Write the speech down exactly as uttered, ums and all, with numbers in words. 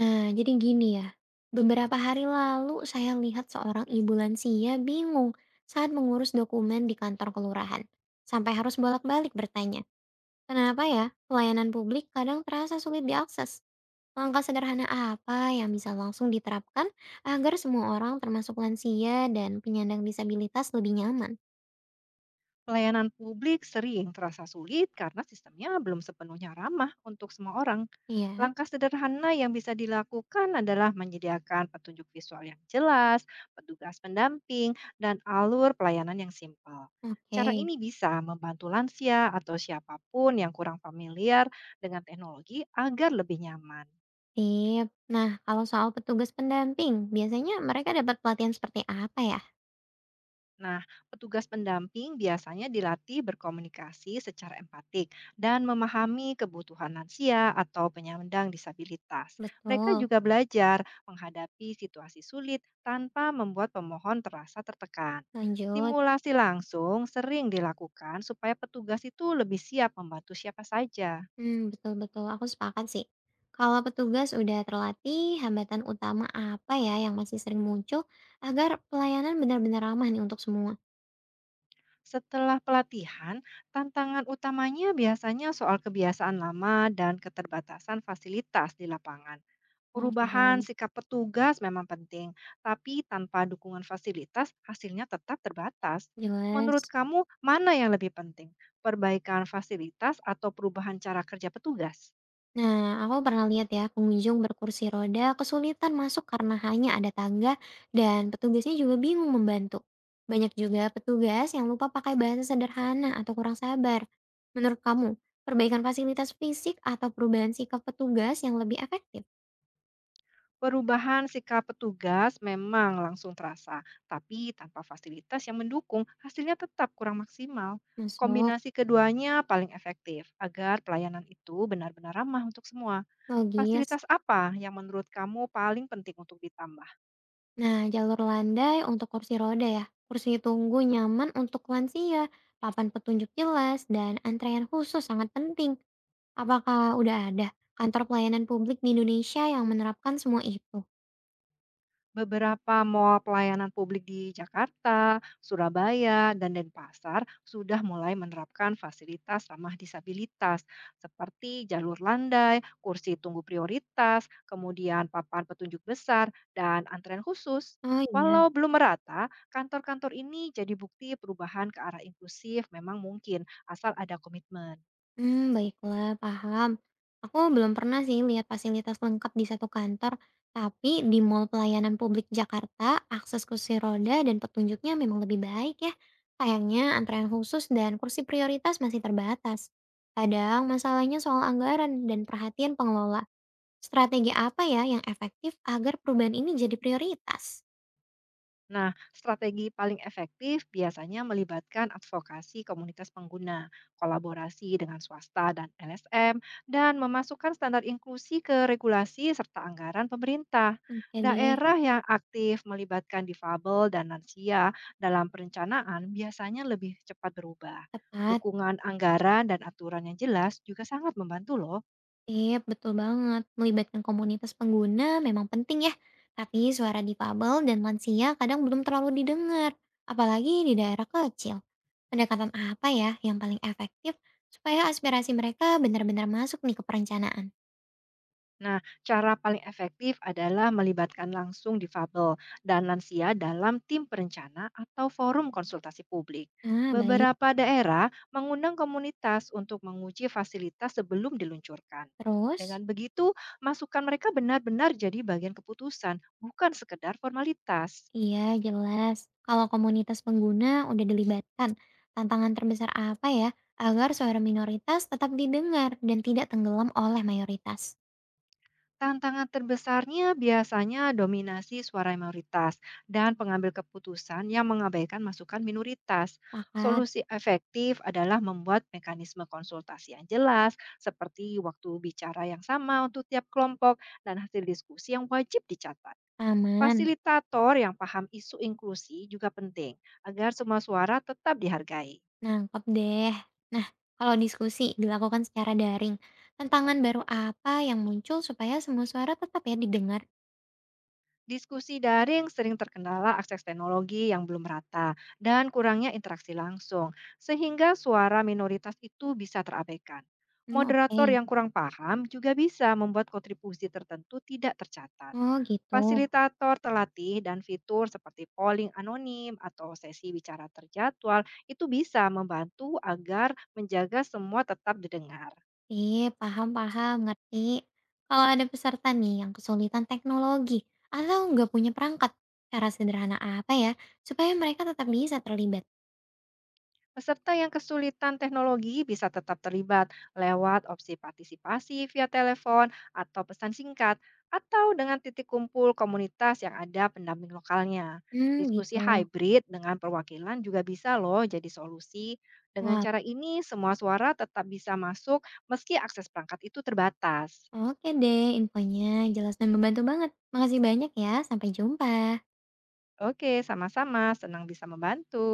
Nah, jadi gini ya. Beberapa hari lalu saya lihat seorang ibu lansia bingung saat mengurus dokumen di kantor kelurahan. Sampai harus bolak-balik bertanya, kenapa ya pelayanan publik kadang terasa sulit diakses? Langkah sederhana apa yang bisa langsung diterapkan agar semua orang termasuk lansia dan penyandang disabilitas lebih nyaman? Pelayanan publik sering terasa sulit karena sistemnya belum sepenuhnya ramah untuk semua orang. Iya, Langkah sederhana yang bisa dilakukan adalah menyediakan petunjuk visual yang jelas, petugas pendamping, dan alur pelayanan yang simpel. Cara oke. ini bisa membantu lansia atau siapapun yang kurang familiar dengan teknologi agar lebih nyaman. Sip. Nah, kalau soal petugas pendamping, biasanya mereka dapat pelatihan seperti apa ya? Nah, petugas pendamping biasanya dilatih berkomunikasi secara empatik dan memahami kebutuhan lansia atau penyandang disabilitas. Mereka Betul. juga belajar menghadapi situasi sulit tanpa membuat pemohon terasa tertekan. Lanjut. Simulasi langsung sering dilakukan supaya petugas itu lebih siap membantu siapa saja. Mmm, betul betul, aku sepakat sih. Kalau petugas udah terlatih, hambatan utama apa ya yang masih sering muncul agar pelayanan benar-benar ramah nih untuk semua? Setelah pelatihan, tantangan utamanya biasanya soal kebiasaan lama dan keterbatasan fasilitas di lapangan. Oh, Perubahan paham. sikap petugas memang penting, tapi tanpa dukungan fasilitas, hasilnya tetap terbatas. Menurut Jelas. kamu, mana yang lebih penting? Perbaikan fasilitas atau perubahan cara kerja petugas? Nah, aku pernah lihat ya pengunjung berkursi roda kesulitan masuk karena hanya ada tangga dan petugasnya juga bingung membantu. Banyak juga petugas yang lupa pakai bahasa sederhana atau kurang sabar. Menurut kamu, perbaikan fasilitas fisik atau perubahan sikap petugas yang lebih efektif? Perubahan sikap petugas memang langsung terasa, tapi tanpa fasilitas yang mendukung, hasilnya tetap kurang maksimal. Masuk. Kombinasi keduanya paling efektif agar pelayanan itu benar-benar ramah untuk semua. Logis. Fasilitas apa yang menurut kamu paling penting untuk ditambah? Nah, jalur landai untuk kursi roda ya. Kursi tunggu nyaman untuk lansia, papan petunjuk jelas, dan antrean khusus sangat penting. Apakah udah ada kantor pelayanan publik di Indonesia yang menerapkan semua itu? Beberapa mall pelayanan publik di Jakarta, Surabaya, dan Denpasar sudah mulai menerapkan fasilitas ramah disabilitas seperti jalur landai, kursi tunggu prioritas, kemudian papan petunjuk besar, dan antrean khusus. Oh iya. Walau belum merata, kantor-kantor ini jadi bukti perubahan ke arah inklusif memang mungkin asal ada komitmen. Hmm, baiklah, paham. Aku belum pernah sih lihat fasilitas lengkap di satu kantor, tapi di Mall Pelayanan Publik Jakarta, akses kursi roda dan petunjuknya memang lebih baik ya. Sayangnya antrean khusus dan kursi prioritas masih terbatas. Kadang masalahnya soal anggaran dan perhatian pengelola. Strategi apa ya yang efektif agar perubahan ini jadi prioritas? Nah, strategi paling efektif biasanya melibatkan advokasi komunitas pengguna, kolaborasi dengan swasta dan L S M, dan memasukkan standar inklusi ke regulasi serta anggaran pemerintah. Oke deh, Daerah yang aktif melibatkan difabel dan lansia dalam perencanaan biasanya lebih cepat berubah. tepat. Dukungan anggaran dan aturan yang jelas juga sangat membantu loh. Sip, betul banget. Melibatkan komunitas pengguna memang penting ya. Tapi suara difabel dan lansia kadang belum terlalu didengar, apalagi di daerah kecil. Pendekatan apa ya yang paling efektif supaya aspirasi mereka benar-benar masuk nih ke perencanaan? Nah, cara paling efektif adalah melibatkan langsung difabel dan lansia dalam tim perencana atau forum konsultasi publik. Ah, baik. Beberapa daerah mengundang komunitas untuk menguji fasilitas sebelum diluncurkan. Terus? Dengan begitu, masukan mereka benar-benar jadi bagian keputusan, bukan sekedar formalitas. Iya, jelas. Kalau komunitas pengguna udah dilibatkan, tantangan terbesar apa ya agar suara minoritas tetap didengar dan tidak tenggelam oleh mayoritas? Tantangan terbesarnya biasanya dominasi suara mayoritas dan pengambil keputusan yang mengabaikan masukan minoritas. Pakat, Solusi efektif adalah membuat mekanisme konsultasi yang jelas, seperti waktu bicara yang sama untuk tiap kelompok dan hasil diskusi yang wajib dicatat. aman. Fasilitator yang paham isu inklusi juga penting agar semua suara tetap dihargai. Nangkep deh. Nah, kalau diskusi dilakukan secara daring, tantangan baru apa yang muncul supaya semua suara tetap ya didengar? Diskusi daring sering terkendala akses teknologi yang belum merata dan kurangnya interaksi langsung, sehingga suara minoritas itu bisa terabaikan. Hmm, Moderator oke. yang kurang paham juga bisa membuat kontribusi tertentu tidak tercatat. Oh gitu. Fasilitator terlatih dan fitur seperti polling anonim atau sesi bicara terjadwal itu bisa membantu agar menjaga semua tetap didengar. Sip, paham-paham, ngerti. Kalau ada peserta nih yang kesulitan teknologi atau nggak punya perangkat, cara sederhana apa ya supaya mereka tetap bisa terlibat? Peserta yang kesulitan teknologi bisa tetap terlibat lewat opsi partisipasi via telepon atau pesan singkat, atau dengan titik kumpul komunitas yang ada pendamping lokalnya. Hmm, Diskusi gitu. hybrid dengan perwakilan juga bisa loh jadi solusi. Dengan Wah, cara ini, semua suara tetap bisa masuk meski akses perangkat itu terbatas. oke deh infonya. Jelas dan membantu banget. Makasih banyak ya. Sampai jumpa. Oke, sama-sama. Senang bisa membantu.